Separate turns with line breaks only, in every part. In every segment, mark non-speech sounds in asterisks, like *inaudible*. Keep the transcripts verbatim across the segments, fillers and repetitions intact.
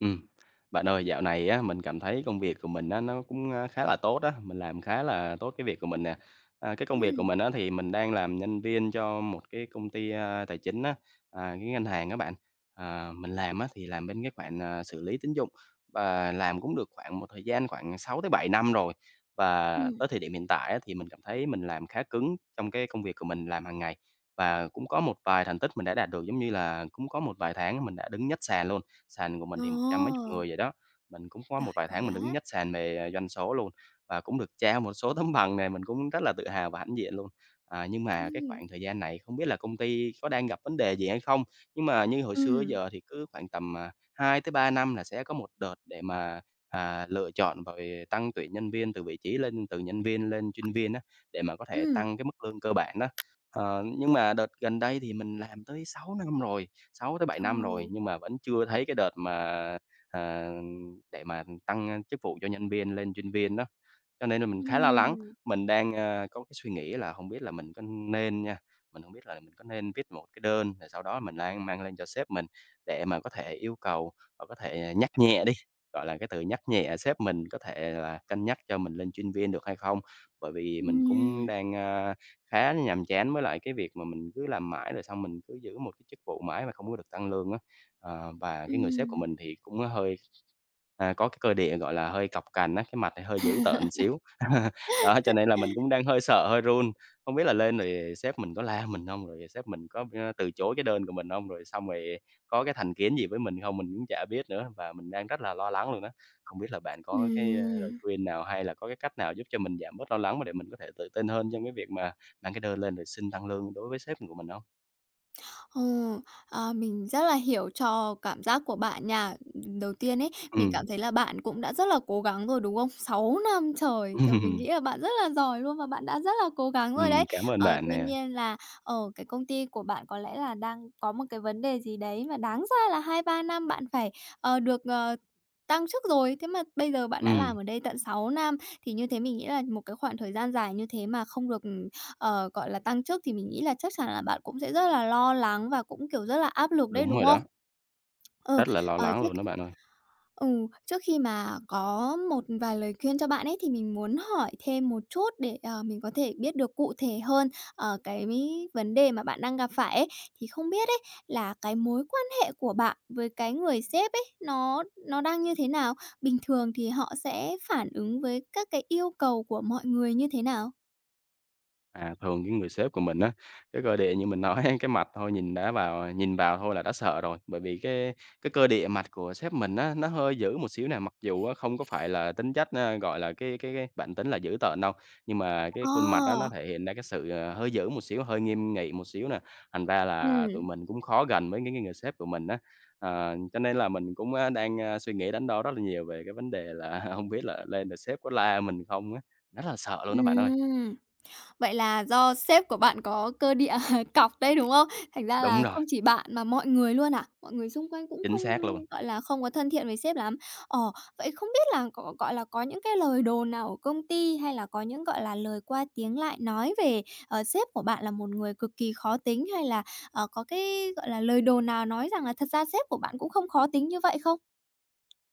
Ừm. Bạn ơi, dạo này á, mình cảm thấy công việc của mình á, nó cũng, a, khá là tốt á, mình làm khá là tốt cái việc của mình nè. À, cái công việc của
Ừm,
mình á, thì mình đang làm nhân viên cho một cái công ty, a, tài chính á, à, cái ngân hàng các bạn. À, mình làm á, thì làm bên cái khoản, à, xử lý tín dụng và làm cũng được khoảng một thời gian khoảng sáu tới bảy năm rồi. Và
ừm,
tới thời điểm hiện tại á, thì mình cảm thấy mình làm khá cứng trong cái công việc của mình làm hàng ngày và cũng có một vài thành tích mình đã đạt được, giống như là cũng có một vài tháng mình đã đứng nhất sàn luôn, sàn của mình thì một trăm mấy chục
ồ,
người vậy đó. Mình cũng có một
giỏi
vài tháng mình đứng
quá!
nhất sàn về à, doanh số luôn và cũng được trao một số *laughs* tấm bằng này, mình cũng rất là tự hào và hãnh diện luôn. À, nhưng mà cái
Ừm,
khoảng thời gian này không biết là công ty có đang gặp vấn đề gì hay không? Nhưng mà như hồi xưa
ừm,
giờ thì cứ khoảng tầm, à, hai tới ba năm là sẽ có một đợt để mà, à, lựa chọn rồi tăng tuyển nhân viên từ vị trí lên từ nhân viên lên chuyên viên á, để mà có thể
ừm,
tăng cái mức lương cơ bản đó. Ờ, nhưng mà đợt gần đây thì mình làm tới sáu năm rồi, sáu tới bảy năm rồi,
thôi
nhưng mà vẫn chưa thấy cái đợt mà, ờ, để mà tăng chức vụ cho nhân viên lên chuyên viên đó. Cho nên là mình khá lo lắng,
ừm,
mình đang, ơ, có cái suy nghĩ là không biết là mình có nên nha, mình không biết là mình có nên viết một cái đơn rồi sau đó mình đang mang lên cho sếp mình để mà có thể yêu cầu và có thể, à, nhắc nhẹ đi, gọi là, cái từ nhắc nhẹ sếp mình có thể là cân nhắc cho mình lên chuyên viên được hay không? Bởi vì mình cũng
ừm,
đang, ờ, khá nhàm chán với lại cái việc mà mình cứ làm mãi rồi xong mình cứ giữ một cái chức vụ mãi mà không có được tăng lương á. Ờ, và cái người sếp của
ừm.
mình thì cũng hơi, à, có cái cơ địa, gọi là, hơi cọc cành á, cái mặt thì hơi dữ tợn
*laughs*
xíu. *laughs* Đó, cho nên là mình cũng đang hơi sợ, hơi run, không biết là lên rồi sếp mình có la mình không? Rồi sếp mình có, ơ, từ chối cái đơn của mình không? Rồi xong rồi có cái thành kiến gì với mình không? Mình cũng chả biết nữa và mình đang rất là lo lắng luôn đó. Không biết là bạn có cái, ơ, lời
Ừm.
khuyên nào hay là có cái cách nào giúp cho mình giảm bớt lo lắng mà để mình có thể tự tin hơn trong cái việc mà bạn cái đơn lên rồi xin tăng lương đối với sếp của mình hông?
Ờ, à, mình rất là hiểu cho cảm giác của bạn nha. đầu tiên ấy, mình
Ừm,
cảm thấy là bạn cũng đã rất là cố gắng rồi, đúng không? Sáu năm trời, thì mình nghĩ
ừm,
là bạn rất là giỏi luôn và bạn đã rất là cố gắng rồi đấy.
*laughs* cảm ơn
Ờ,
bạn
tuy
nè.
nhiên là, ở cái công ty của bạn có lẽ là đang có một cái vấn đề gì đấy mà đáng ra là hai ba năm bạn phải, ờ, được, ờ, tăng chức rồi, thế mà bây giờ bạn đã làm
Ừm,
ở đây tận sáu năm, thì như thế mình nghĩ là một cái khoảng thời gian dài như thế mà không được ừ, ờ, gọi là, tăng chức thì mình nghĩ là chắc chắn là bạn cũng sẽ rất là lo lắng và cũng, kiểu, rất là áp lực đấy,
đúng
đúng
rồi
không?
đó,
Ừ,
rất là lo
ờ,
lắng
trước
luôn đó
khi
bạn ơi.
ừ, trước khi mà có một vài lời khuyên cho bạn ấy, thì mình muốn hỏi thêm một chút để, ờ, mình có thể biết được cụ thể hơn, ờ, cái vấn đề mà bạn đang gặp phải ấy. Thì không biết ấy, là cái mối quan hệ của bạn với cái người sếp ấy, nó nó đang như thế nào? Bình thường thì họ sẽ phản ứng với các cái yêu cầu của mọi người như thế nào?
À, thường cái người sếp của mình á, cái cơ địa như mình nói *laughs* cái mặt thôi nhìn đã vào nhìn vào thôi là đã sợ rồi. Bởi vì cái cái cơ địa mặt của sếp mình á, nó hơi dữ một xíu nè, mặc dù á, không có phải là tính chất, a, gọi là, cái cái cái bản tính là dữ tợn đâu, nhưng mà cái
Ờ,
khuôn mặt đó nó thể hiện ra cái sự, ờ, hơi dữ một xíu, hơi nghiêm nghị một xíu nè, thành ra là tụi
ừm.
mình cũng khó gần với những cái người sếp của mình á. Ờ, cho nên là mình cũng, a, đang, a, suy nghĩ đắn đo rất là nhiều về cái vấn đề là *laughs* không biết là lên rồi sếp có la mình không á, rất là sợ luôn đó bạn ơi.
Ừm, vậy là do sếp của bạn có cơ địa *laughs* cọc đấy, đúng không? Thành ra
Đúng
là
rồi.
không chỉ bạn mà mọi người luôn à? Mọi người xung quanh cũng
Chính
không,
xác luôn.
gọi là, không có thân thiện với sếp lắm. Ờ, vậy không biết là có, gọi là, có những cái lời đồn nào ở công ty hay là có những, gọi là, lời qua tiếng lại nói về, ờ, sếp của bạn là một người cực kỳ khó tính hay là, ờ, có cái, gọi là, lời đồn nào nói rằng là thật ra sếp của bạn cũng không khó tính như vậy không?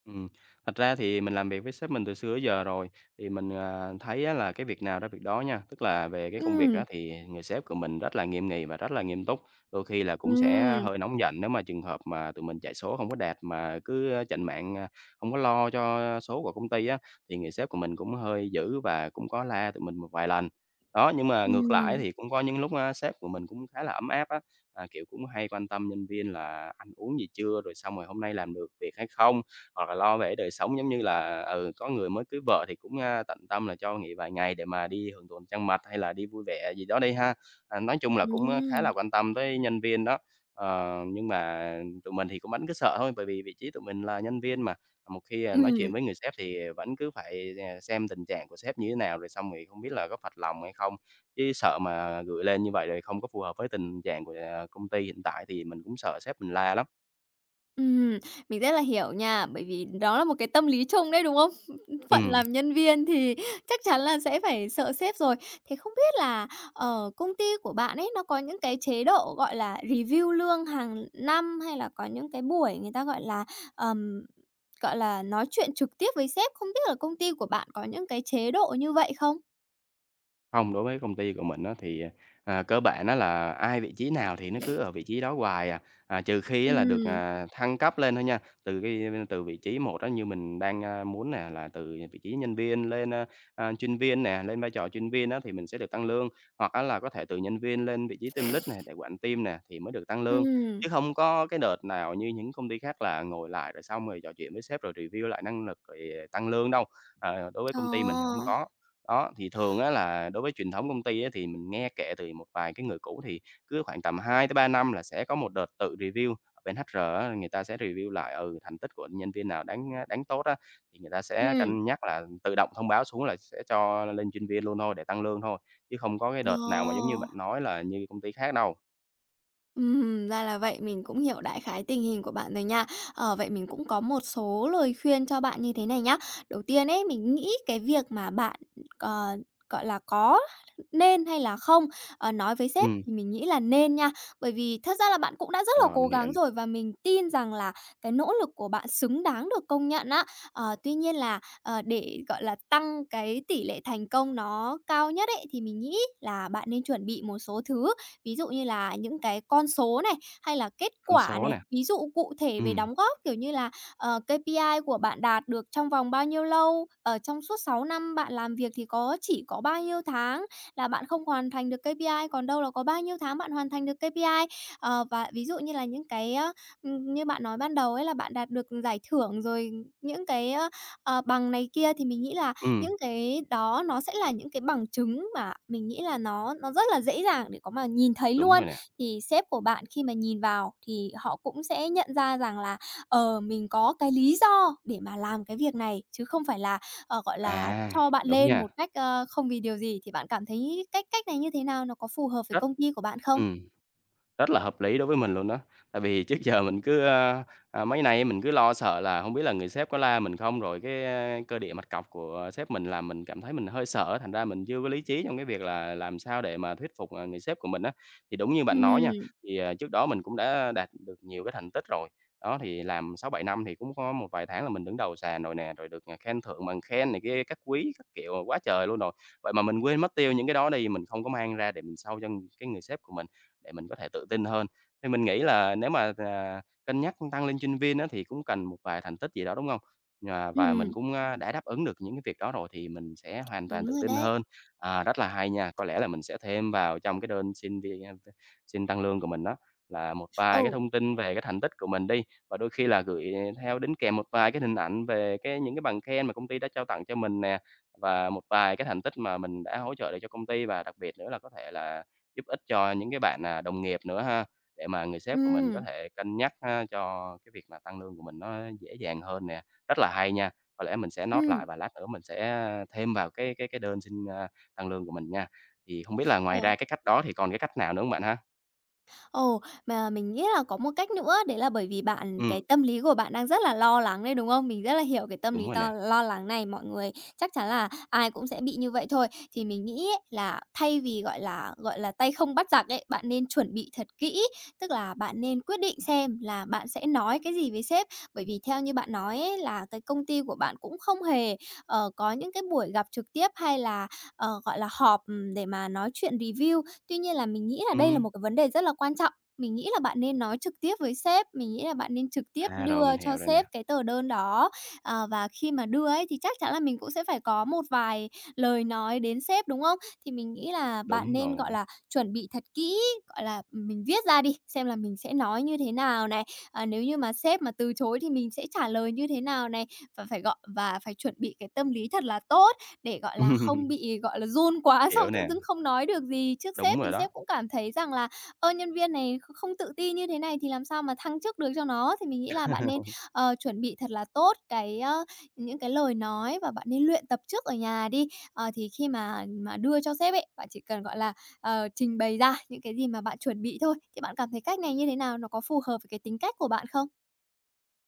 Ừm, thật ra thì mình làm việc với sếp mình từ xưa tới giờ rồi, thì mình, à, thấy á là cái việc nào ra việc đó nha. Tức là về cái công việc
Ừm,
á thì người sếp của mình rất là nghiêm nghị và rất là nghiêm túc, đôi khi là cũng sẽ
ừm,
hơi nóng giận nếu mà trường hợp mà tụi mình chạy số không có đạt mà cứ chạy mạng, à, hông có lo cho số của công ty á, thì người sếp của mình cũng hơi dữ và cũng có la tụi mình một vài lần. Đó, nhưng mà ngược lại
ừm,
thì cũng có những lúc á sếp của mình cũng khá là ấm áp á, à, kiểu, cũng hay quan tâm nhân viên là ăn uống gì chưa, rồi xong rồi hôm nay làm được việc hay không, hoặc là lo về đời sống, giống như là, ừ, có người mới cưới vợ thì cũng, a, tận tâm là cho nghỉ vài ngày để mà đi hưởng thụ ánh trăng mật hay là đi vui vẻ gì đó đi ha. À, nói chung là cũng, a, khá
ừm,
là quan tâm tới nhân viên đó. Ờ, nhưng mà tụi mình thì cũng vẫn cứ sợ thôi, bởi vì vị trí tụi mình là nhân viên mà, một khi, à, nói
ừm.
chuyện với người sếp thì vẫn cứ phải, à, xem tình trạng của sếp như thế nào, rồi xong thì không biết là có phật lòng hay không. Chứ sợ mà gửi lên như vậy rồi không có phù hợp với tình trạng của, à, công ty hiện tại thì mình cũng sợ sếp mình la lắm.
Ừm, mình rất là hiểu nha, bởi vì đó là một cái tâm lý chung đấy, đúng không? *laughs* Phận
Ừm.
làm nhân viên thì chắc chắn là sẽ phải sợ sếp rồi. Thế không biết là, ở công ty của bạn ấy nó có những cái chế độ, gọi là, review lương hàng năm hay là có những cái buổi người ta, gọi là, ờm, gọi là, nói chuyện trực tiếp với sếp, không biết là công ty của bạn có những cái chế độ như vậy không?
Không, đối với công ty của mình á thì, à, cơ bản á là ai vị trí nào thì nó cứ ở vị trí đó hoài à, à, trừ khi á là được,
Ừm,
à, thăng cấp lên thôi nha. Từ cái từ vị trí một đó như mình đang, a, muốn nè, là từ vị trí nhân viên lên, a, a, chuyên viên nè, lên vai trò chuyên viên đó thì mình sẽ được tăng lương, hoặc á là có thể từ nhân viên lên vị trí team lead này để quản team nè thì mới được tăng lương.
ừm,
Chứ không có cái đợt nào như những công ty khác là ngồi lại rồi xong rồi trò chuyện với sếp rồi review lại năng lực rồi à, tăng lương đâu. Ờ, đối với công ty mình thì không
ờ,
có. Đó, thì thường á là đối với truyền thống công ty á thì mình nghe kể từ một vài cái người cũ thì cứ khoảng tầm hai tới ba năm là sẽ có một đợt tự review. Ở bên ét chờ a á, người ta sẽ review lại, ừ, thành tích của nhân viên nào đáng, a, đáng tốt á, thì người ta sẽ
ừm,
cân nhắc là tự động thông báo xuống là sẽ cho lên chuyên viên luôn thôi để tăng lương thôi, chứ không có cái
ờ.
đợt nào mà giống như bạn nói là như công ty khác đâu.
Ừm, ra là vậy, mình cũng hiểu đại khái tình hình của bạn rồi nha. Ờ, vậy mình cũng có một số lời khuyên cho bạn như thế này nhá. Đầu tiên ấy, mình nghĩ cái việc mà bạn, ờ, gọi là, có nên hay là không, ờ, nói với sếp
Ừm,
thì mình nghĩ là nên nha. Bởi vì thật ra là bạn cũng đã rất là
rồi
cố
mình hiểu
gắng
nè,
rồi và mình tin rằng là cái nỗ lực của bạn xứng đáng được công nhận á. Ờ, tuy nhiên là, ờ, để, gọi là, tăng cái tỷ lệ thành công nó cao nhất ấy, thì mình nghĩ là bạn nên chuẩn bị một số thứ. Ví dụ như là những cái con số này, hay là kết
con
quả
số
này,
nè.
ví dụ cụ thể về
Ừm,
đóng góp, kiểu như là, ờ, kây pi ai của bạn đạt được trong vòng bao nhiêu lâu, ở trong suốt sáu năm bạn làm việc thì có chỉ có bao nhiêu tháng là bạn không hoàn thành được kê pi i, còn đâu là có bao nhiêu tháng bạn hoàn thành được kê pi i. Ờ, và ví dụ như là những cái, ơ, ừm, như bạn nói ban đầu ấy là bạn đạt được giải thưởng rồi những cái, ơ, ờ, bằng này kia thì mình nghĩ là
ừm,
những cái đó nó sẽ là những cái bằng chứng mà mình nghĩ là nó nó rất là dễ dàng để có mà nhìn thấy
đúng
luôn.
rồi nè.
Thì sếp của bạn khi mà nhìn vào thì họ cũng sẽ nhận ra rằng là, ờ, mình có cái lý do để mà làm cái việc này, chứ không phải là, ờ, gọi là,
À,
cho bạn
đúng
lên một
nha,
cách, ơ, không vì điều gì. Thì bạn cảm thấy cách cách này như thế nào? Nó có phù hợp với
rất
công ty của bạn không?
ừm. Rất là hợp lý đối với mình luôn đó. Tại vì trước giờ mình cứ, a, à, mấy nay mình cứ lo sợ là không biết là người sếp có la mình không, rồi cái, a, cơ địa mặt cọc của sếp mình làm mình cảm thấy mình hơi sợ, thành ra mình chưa có lý trí trong cái việc là làm sao để mà thuyết phục, à, người sếp của mình á. Thì đúng như bạn nói nha,
Ừm,
thì, à, trước đó mình cũng đã đạt được nhiều cái thành tích rồi. Đó, thì làm sáu bảy năm thì cũng có một vài tháng là mình đứng đầu sàn rồi nè, rồi được, à, khen thưởng bằng khen này kia các quý các kiểu quá trời luôn rồi. Vậy mà mình quên mất tiêu những cái đó đi, mình không có mang ra để mình show cho cái người sếp của mình để mình có thể tự tin hơn. Thì mình nghĩ là nếu mà, à, cân nhắc tăng lên chuyên viên á thì cũng cần một vài thành tích gì đó, đúng không? Ờ, và mình
ừm,
cũng, a, đã đáp ứng được những cái việc đó rồi thì mình sẽ hoàn toàn
đúng
tự
rồi
tin
đấy.
hơn. À, rất là hay nha, có lẽ là mình sẽ thêm vào trong cái đơn xin vi xin tăng lương của mình đó là một vài cái
Ừ,
thông tin về cái thành tích của mình đi, và đôi khi là gửi theo đính kèm một vài cái hình ảnh về cái những cái bằng khen mà công ty đã trao tặng cho mình nè, và một vài cái thành tích mà mình đã hỗ trợ được cho công ty, và đặc biệt nữa là có thể là giúp ích cho những cái bạn, à, đồng nghiệp nữa ha, để mà người sếp của mình có
ừ
thể cân nhắc ha, cho cái việc là tăng lương của mình nó dễ dàng hơn nè. Rất là hay nha, có lẽ mình sẽ note
ừ.
lại và lát nữa mình sẽ thêm vào cái cái cái đơn xin, a, tăng lương của mình nha. Thì không biết là ngoài ra cái cách đó thì còn cái cách nào nữa hông bạn ha?
Ồ, mà mình nghĩ là có một cách nữa, đấy là bởi vì bạn cái
Ừm,
tâm lý của bạn đang rất là lo lắng đấy, đúng không? Mình rất là hiểu cái tâm
đúng
lý
rồi nè.
to lo lắng này, mọi người chắc chắn là ai cũng sẽ bị như vậy thôi. Thì mình nghĩ ấy, là thay vì, gọi là, gọi là, tay không bắt giặc ấy, bạn nên chuẩn bị thật kỹ, tức là bạn nên quyết định xem là bạn sẽ nói cái gì với sếp. Bởi vì theo như bạn nói ấy, là cái công ty của bạn cũng không hề, ờ, có những cái buổi gặp trực tiếp hay là, ờ, gọi là, họp, ừm, để mà nói chuyện review. Tuy nhiên là mình nghĩ là đây là
Ừm,
một cái vấn đề rất là quan trọng. Mình nghĩ là bạn nên nói trực tiếp với sếp, mình nghĩ là bạn nên trực tiếp
à,
đưa
Rồi mình
cho
hiểu rồi nè.
sếp cái tờ đơn đó. Ờ, và khi mà đưa ấy thì chắc chắn là mình cũng sẽ phải có một vài lời nói đến sếp, đúng không? Thì mình nghĩ là bạn
Đúng
nên, gọi
rồi.
là, chuẩn bị thật kỹ, gọi là, mình viết ra đi, xem là mình sẽ nói như thế nào này, à, nếu như mà sếp mà từ chối thì mình sẽ trả lời như thế nào này, và phải gọi và phải chuẩn bị cái tâm lý thật là tốt để, gọi là,
*laughs*
không bị, gọi là, run quá *laughs* xong
Hiểu
tự
nè,
dưng không nói được gì trước sếp
đúng
thì
rồi đó.
sếp cũng cảm thấy rằng là "Ơ, nhân viên này kh không tự ti như thế này thì làm sao mà thăng chức được cho nó." Thì mình nghĩ là bạn nên,
*laughs*
ờ, chuẩn bị thật là tốt cái, ơ, những cái lời nói và bạn nên luyện tập trước ở nhà đi. Ờ, thì khi mà mà đưa cho sếp ấy, bạn chỉ cần, gọi là, ờ, trình bày ra những cái gì mà bạn chuẩn bị thôi. Thì bạn cảm thấy cách này như thế nào? Nó có phù hợp với cái tính cách của bạn không?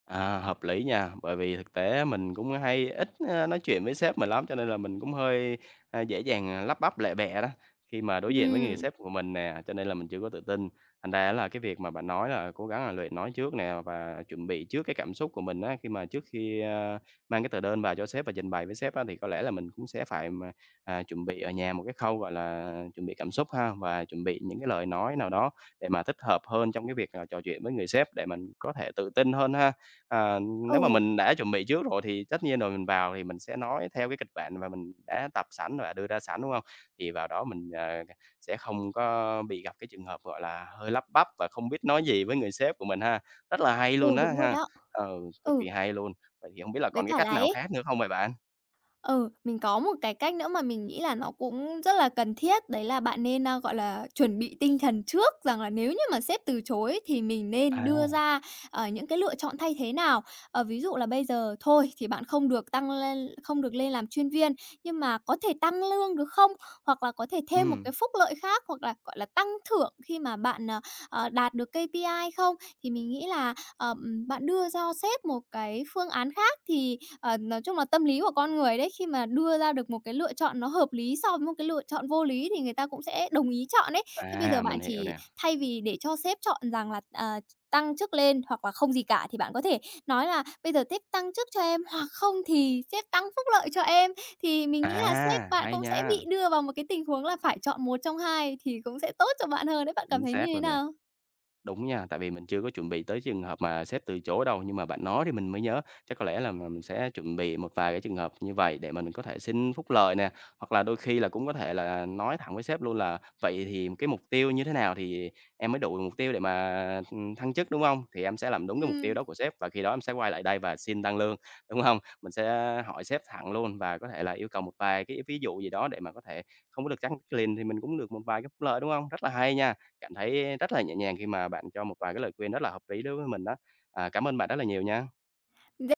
À, hợp lý nha, bởi vì thực tế mình cũng hay ít, a, nói chuyện với sếp mình lắm, cho nên là mình cũng hơi, a, dễ dàng, à, lắp bắp lẹ bẹ đó, khi mà đối diện với người
Ừm,
sếp của mình nè, cho nên là mình chưa có tự tin. Thành ra là cái việc mà bạn nói là cố gắng là luyện nói trước nè và chuẩn bị trước cái cảm xúc của mình á, khi mà trước khi, a, mang cái tờ đơn vào cho sếp và trình bày với sếp á, thì có lẽ là mình cũng sẽ phải mà, à, chuẩn bị ở nhà một cái khâu, gọi là, chuẩn bị cảm xúc ha, và chuẩn bị những cái lời nói nào đó để mà thích hợp hơn trong cái việc, là trò chuyện với người sếp để mình có thể tự tin hơn ha. Ờ, nếu mà
ừ,
mình đã chuẩn bị trước rồi thì tất nhiên rồi mình vào thì mình sẽ nói theo cái kịch bản mà mình đã tập sẵn và đưa ra sẵn, đúng không? Thì vào đó mình, ờ, sẽ không có bị gặp cái trường hợp, gọi là, hơi lắp bắp và không biết nói gì với người sếp của mình ha. Rất là hay
ừ,
luôn á
đúng rồi
ha,
đó.
ừ, cực
Ừ,
kỳ hay luôn. Vậy thì không biết là
với
còn cái
cả là
cách nào
ấy.
khác nữa không vậy bạn?
Ừ, mình có một cái cách nữa mà mình nghĩ là nó cũng rất là cần thiết, đấy là bạn nên, a, gọi là, chuẩn bị tinh thần trước rằng là nếu như mà sếp từ chối thì mình nên
À,
đưa ra, ờ, những cái lựa chọn thay thế nào. Ờ, ví dụ là bây giờ thôi thì bạn không được tăng lên không được lên làm chuyên viên, nhưng mà có thể tăng lương được không? Hoặc là có thể thêm một cái
ừm,
phúc lợi khác, hoặc là, gọi là, tăng thưởng khi mà bạn, ờ, ờ, đạt được kê pi i không? Thì mình nghĩ là, ờm, bạn đưa cho sếp một cái phương án khác thì. Ờ, nói chung là tâm lý của con người đấy, khi mà đưa ra được một cái lựa chọn nó hợp lý so với một cái lựa chọn vô lý thì người ta cũng sẽ đồng ý chọn ấy. Thế bây giờ
à,
bạn
mình hiểu
chỉ
nè.
thay vì để cho sếp chọn rằng là, à, tăng chức lên hoặc là không gì cả thì bạn có thể nói là "Bây giờ sếp tăng chức cho em hoặc không thì sếp tăng phúc lợi cho em." Thì mình nghĩ là sếp
À,
bạn
hay
cũng
nha,
sẽ bị đưa vào một cái tình huống là phải chọn một trong hai thì cũng sẽ tốt cho bạn hơn đấy. Bạn cảm
chính
thấy như
xác
thế
luôn nè.
nào?
Đúng nha, tại vì mình chưa có chuẩn bị tới trường hợp mà sếp từ chối đâu, nhưng mà bạn nói thì mình mới nhớ, chắc có lẽ là mình sẽ chuẩn bị một vài cái trường hợp như vậy để mà mình có thể xin phúc lợi nè, hoặc là đôi khi là cũng có thể là nói thẳng với sếp luôn là "Vậy thì cái mục tiêu như thế nào thì em mới đủ mục tiêu để mà, ừm, thăng chức, đúng không? Thì em sẽ làm đúng cái mục tiêu đó của sếp và khi đó em sẽ quay lại đây và xin tăng lương", đúng không? Mình sẽ hỏi sếp thẳng luôn và có thể là yêu cầu một vài cái ví dụ gì đó để mà có thể không có được tăng lên thì mình cũng được một vài cái phúc lợi, đúng không? Rất là hay nha, cảm thấy rất là nhẹ nhàng khi mà bạn cho một vài cái lời khuyên rất là hợp lý đối với mình đó. À, cảm ơn bạn rất là nhiều nha.
Ừm.